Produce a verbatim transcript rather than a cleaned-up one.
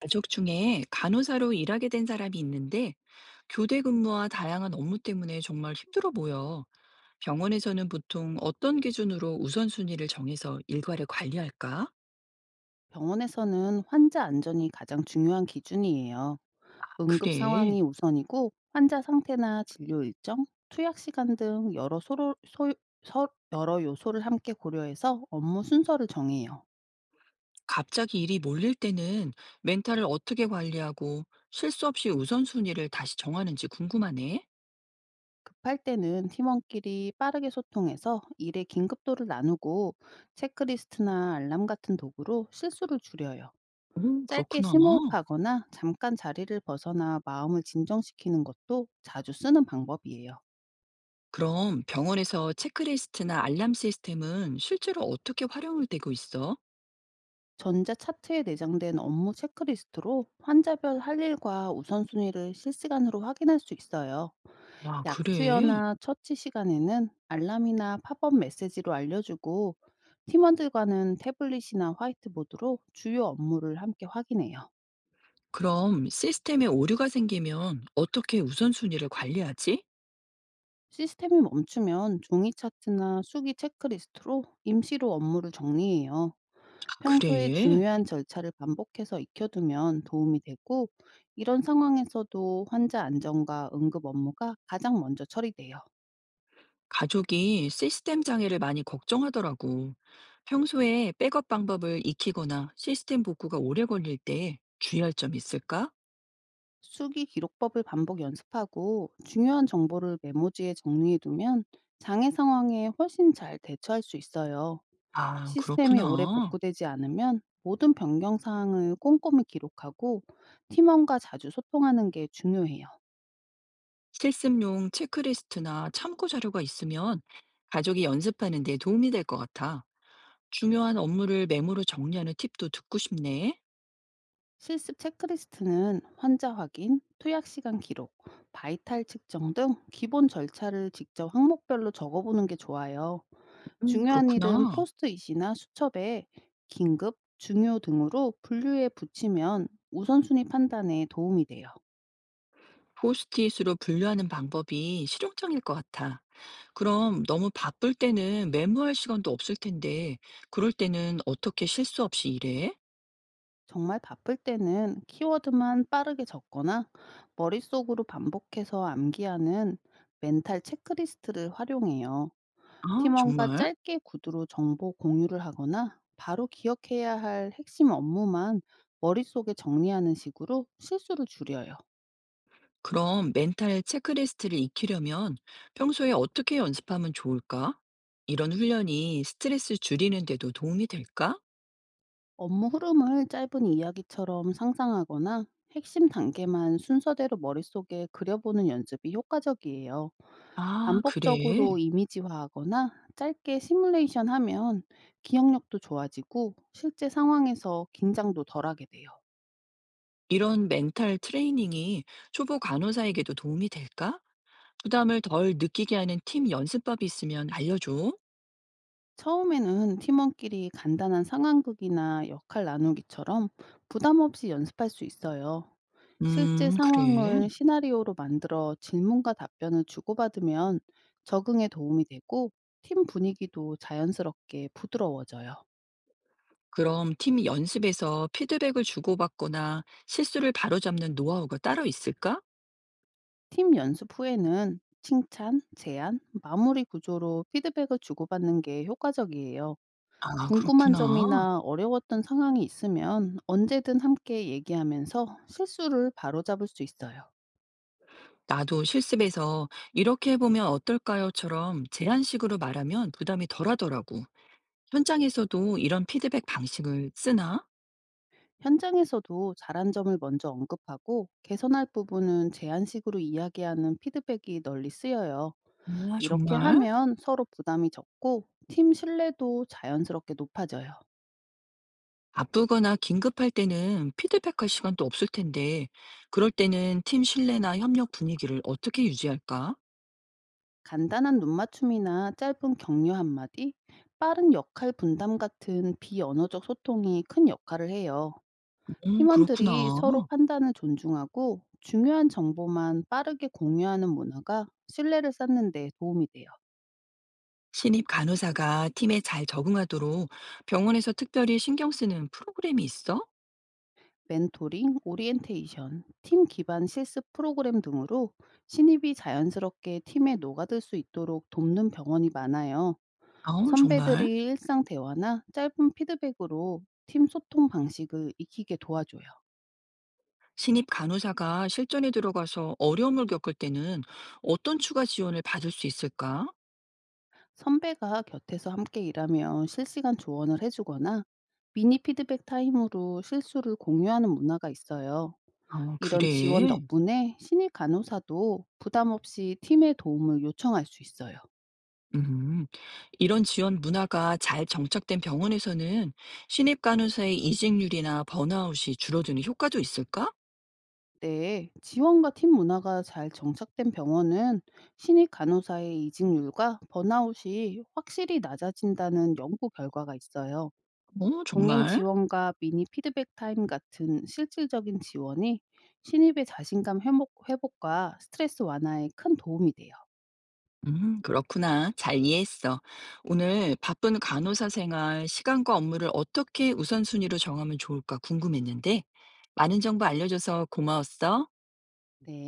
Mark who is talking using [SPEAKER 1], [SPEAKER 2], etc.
[SPEAKER 1] 가족 중에 간호사로 일하게 된 사람이 있는데 교대 근무와 다양한 업무 때문에 정말 힘들어 보여. 병원에서는 보통 어떤 기준으로 우선순위를 정해서 일과를 관리할까?
[SPEAKER 2] 병원에서는 환자 안전이 가장 중요한 기준이에요. 응급
[SPEAKER 1] 그래.
[SPEAKER 2] 상황이 우선이고 환자 상태나 진료 일정, 투약 시간 등 여러 소로, 소, 서, 여러 요소를 함께 고려해서 업무 순서를 정해요.
[SPEAKER 1] 갑자기 일이 몰릴 때는 멘탈을 어떻게 관리하고 실수 없이 우선순위를 다시 정하는지 궁금하네.
[SPEAKER 2] 급할 때는 팀원끼리 빠르게 소통해서 일의 긴급도를 나누고 체크리스트나 알람 같은 도구로 실수를 줄여요.
[SPEAKER 1] 오,
[SPEAKER 2] 짧게
[SPEAKER 1] 그렇구나.
[SPEAKER 2] 심호흡하거나 잠깐 자리를 벗어나 마음을 진정시키는 것도 자주 쓰는 방법이에요.
[SPEAKER 1] 그럼 병원에서 체크리스트나 알람 시스템은 실제로 어떻게 활용되고 있어?
[SPEAKER 2] 전자 차트에 내장된 업무 체크리스트로 환자별 할 일과 우선순위를 실시간으로 확인할 수 있어요.
[SPEAKER 1] 아,
[SPEAKER 2] 약
[SPEAKER 1] 그래.
[SPEAKER 2] 투여나 처치 시간에는 알람이나 팝업 메시지로 알려주고 팀원들과는 태블릿이나 화이트보드로 주요 업무를 함께 확인해요.
[SPEAKER 1] 그럼 시스템에 오류가 생기면 어떻게 우선순위를 관리하지?
[SPEAKER 2] 시스템이 멈추면 종이 차트나 수기 체크리스트로 임시로 업무를 정리해요. 평소에
[SPEAKER 1] 그래.
[SPEAKER 2] 중요한 절차를 반복해서 익혀두면 도움이 되고, 이런 상황에서도 환자 안전과 응급 업무가 가장 먼저 처리돼요.
[SPEAKER 1] 가족이 시스템 장애를 많이 걱정하더라고. 평소에 백업 방법을 익히거나 시스템 복구가 오래 걸릴 때 주의할 점 있을까?
[SPEAKER 2] 수기 기록법을 반복 연습하고 중요한 정보를 메모지에 정리해두면 장애 상황에 훨씬 잘 대처할 수 있어요.
[SPEAKER 1] 아,
[SPEAKER 2] 시스템이 오래
[SPEAKER 1] 그렇구나.
[SPEAKER 2] 복구되지 않으면 모든 변경 사항을 꼼꼼히 기록하고 팀원과 자주 소통하는 게 중요해요.
[SPEAKER 1] 실습용 체크리스트나 참고 자료가 있으면 가족이 연습하는 데 도움이 될 것 같아. 중요한 업무를 메모로 정리하는 팁도 듣고 싶네.
[SPEAKER 2] 실습 체크리스트는 환자 확인, 투약 시간 기록, 바이탈 측정 등 기본 절차를 직접 항목별로 적어보는 게 좋아요.
[SPEAKER 1] 음,
[SPEAKER 2] 중요한 일은
[SPEAKER 1] 그렇구나.
[SPEAKER 2] 포스트잇이나 수첩에 긴급, 중요 등으로 분류해 붙이면 우선순위 판단에 도움이 돼요.
[SPEAKER 1] 포스트잇으로 분류하는 방법이 실용적일 것 같아. 그럼 너무 바쁠 때는 메모할 시간도 없을 텐데, 그럴 때는 어떻게 실수 없이 일해?
[SPEAKER 2] 정말 바쁠 때는 키워드만 빠르게 적거나 머릿속으로 반복해서 암기하는 멘탈 체크리스트를 활용해요.
[SPEAKER 1] 아,
[SPEAKER 2] 팀원과
[SPEAKER 1] 정말?
[SPEAKER 2] 짧게 구두로 정보 공유를 하거나 바로 기억해야 할 핵심 업무만 머릿속에 정리하는 식으로 실수를 줄여요.
[SPEAKER 1] 그럼 멘탈 체크리스트를 익히려면 평소에 어떻게 연습하면 좋을까? 이런 훈련이 스트레스 줄이는 데도 도움이 될까?
[SPEAKER 2] 업무 흐름을 짧은 이야기처럼 상상하거나 핵심 단계만 순서대로 머릿속에 그려보는 연습이 효과적이에요.
[SPEAKER 1] 아, 그래.
[SPEAKER 2] 반복적으로 이미지화하거나 짧게 시뮬레이션 하면 기억력도 좋아지고 실제 상황에서 긴장도 덜하게 돼요.
[SPEAKER 1] 이런 멘탈 트레이닝이 초보 간호사에게도 도움이 될까? 부담을 덜 느끼게 하는 팀 연습법이 있으면 알려줘.
[SPEAKER 2] 처음에는 팀원끼리 간단한 상황극이나 역할 나누기처럼 부담 없이 연습할 수 있어요. 실제
[SPEAKER 1] 음, 그래.
[SPEAKER 2] 상황을 시나리오로 만들어 질문과 답변을 주고받으면 적응에 도움이 되고 팀 분위기도 자연스럽게 부드러워져요.
[SPEAKER 1] 그럼 팀이 연습에서 피드백을 주고받거나 실수를 바로잡는 노하우가 따로 있을까?
[SPEAKER 2] 팀 연습 후에는 칭찬, 제안, 마무리 구조로 피드백을 주고받는 게 효과적이에요.
[SPEAKER 1] 아,
[SPEAKER 2] 궁금한
[SPEAKER 1] 그렇구나.
[SPEAKER 2] 점이나 어려웠던 상황이 있으면 언제든 함께 얘기하면서 실수를 바로잡을 수 있어요.
[SPEAKER 1] 나도 실습에서 "이렇게 해보면 어떨까요?"처럼 제안식으로 말하면 부담이 덜하더라고. 현장에서도 이런 피드백 방식을 쓰나?
[SPEAKER 2] 현장에서도 잘한 점을 먼저 언급하고 개선할 부분은 제안식으로 이야기하는 피드백이 널리 쓰여요.
[SPEAKER 1] 아,
[SPEAKER 2] 이렇게
[SPEAKER 1] 정말?
[SPEAKER 2] 하면 서로 부담이 적고 팀 신뢰도 자연스럽게 높아져요.
[SPEAKER 1] 바쁘거나 긴급할 때는 피드백할 시간도 없을 텐데, 그럴 때는 팀 신뢰나 협력 분위기를 어떻게 유지할까?
[SPEAKER 2] 간단한 눈맞춤이나 짧은 격려 한마디, 빠른 역할 분담 같은 비언어적 소통이 큰 역할을 해요.
[SPEAKER 1] 음,
[SPEAKER 2] 팀원들이
[SPEAKER 1] 그렇구나.
[SPEAKER 2] 서로 판단을 존중하고 중요한 정보만 빠르게 공유하는 문화가 신뢰를 쌓는 데 도움이 돼요.
[SPEAKER 1] 신입 간호사가 팀에 잘 적응하도록 병원에서 특별히 신경 쓰는 프로그램이 있어?
[SPEAKER 2] 멘토링, 오리엔테이션, 팀 기반 실습 프로그램 등으로 신입이 자연스럽게 팀에 녹아들 수 있도록 돕는 병원이 많아요.
[SPEAKER 1] 아, 정말?
[SPEAKER 2] 선배들이 일상 대화나 짧은 피드백으로 팀 소통 방식을 익히게 도와줘요.
[SPEAKER 1] 신입 간호사가 실전에 들어가서 어려움을 겪을 때는 어떤 추가 지원을 받을 수 있을까?
[SPEAKER 2] 선배가 곁에서 함께 일하면 실시간 조언을 해주거나 미니 피드백 타임으로 실수를 공유하는 문화가 있어요.
[SPEAKER 1] 아,
[SPEAKER 2] 이런 지원
[SPEAKER 1] 그래.
[SPEAKER 2] 덕분에 신입 간호사도 부담 없이 팀의 도움을 요청할 수 있어요.
[SPEAKER 1] 음. 이런 지원 문화가 잘 정착된 병원에서는 신입 간호사의 이직률이나 번아웃이 줄어드는 효과도 있을까?
[SPEAKER 2] 네, 지원과 팀 문화가 잘 정착된 병원은 신입 간호사의 이직률과 번아웃이 확실히 낮아진다는 연구 결과가 있어요.
[SPEAKER 1] 어,
[SPEAKER 2] 동행
[SPEAKER 1] 정말?
[SPEAKER 2] 지원과 미니 피드백 타임 같은 실질적인 지원이 신입의 자신감 회복, 회복과 스트레스 완화에 큰 도움이 돼요.
[SPEAKER 1] 음, 그렇구나. 잘 이해했어. 오늘 바쁜 간호사 생활, 시간과 업무를 어떻게 우선순위로 정하면 좋을까 궁금했는데, 많은 정보 알려줘서 고마웠어.
[SPEAKER 2] 네.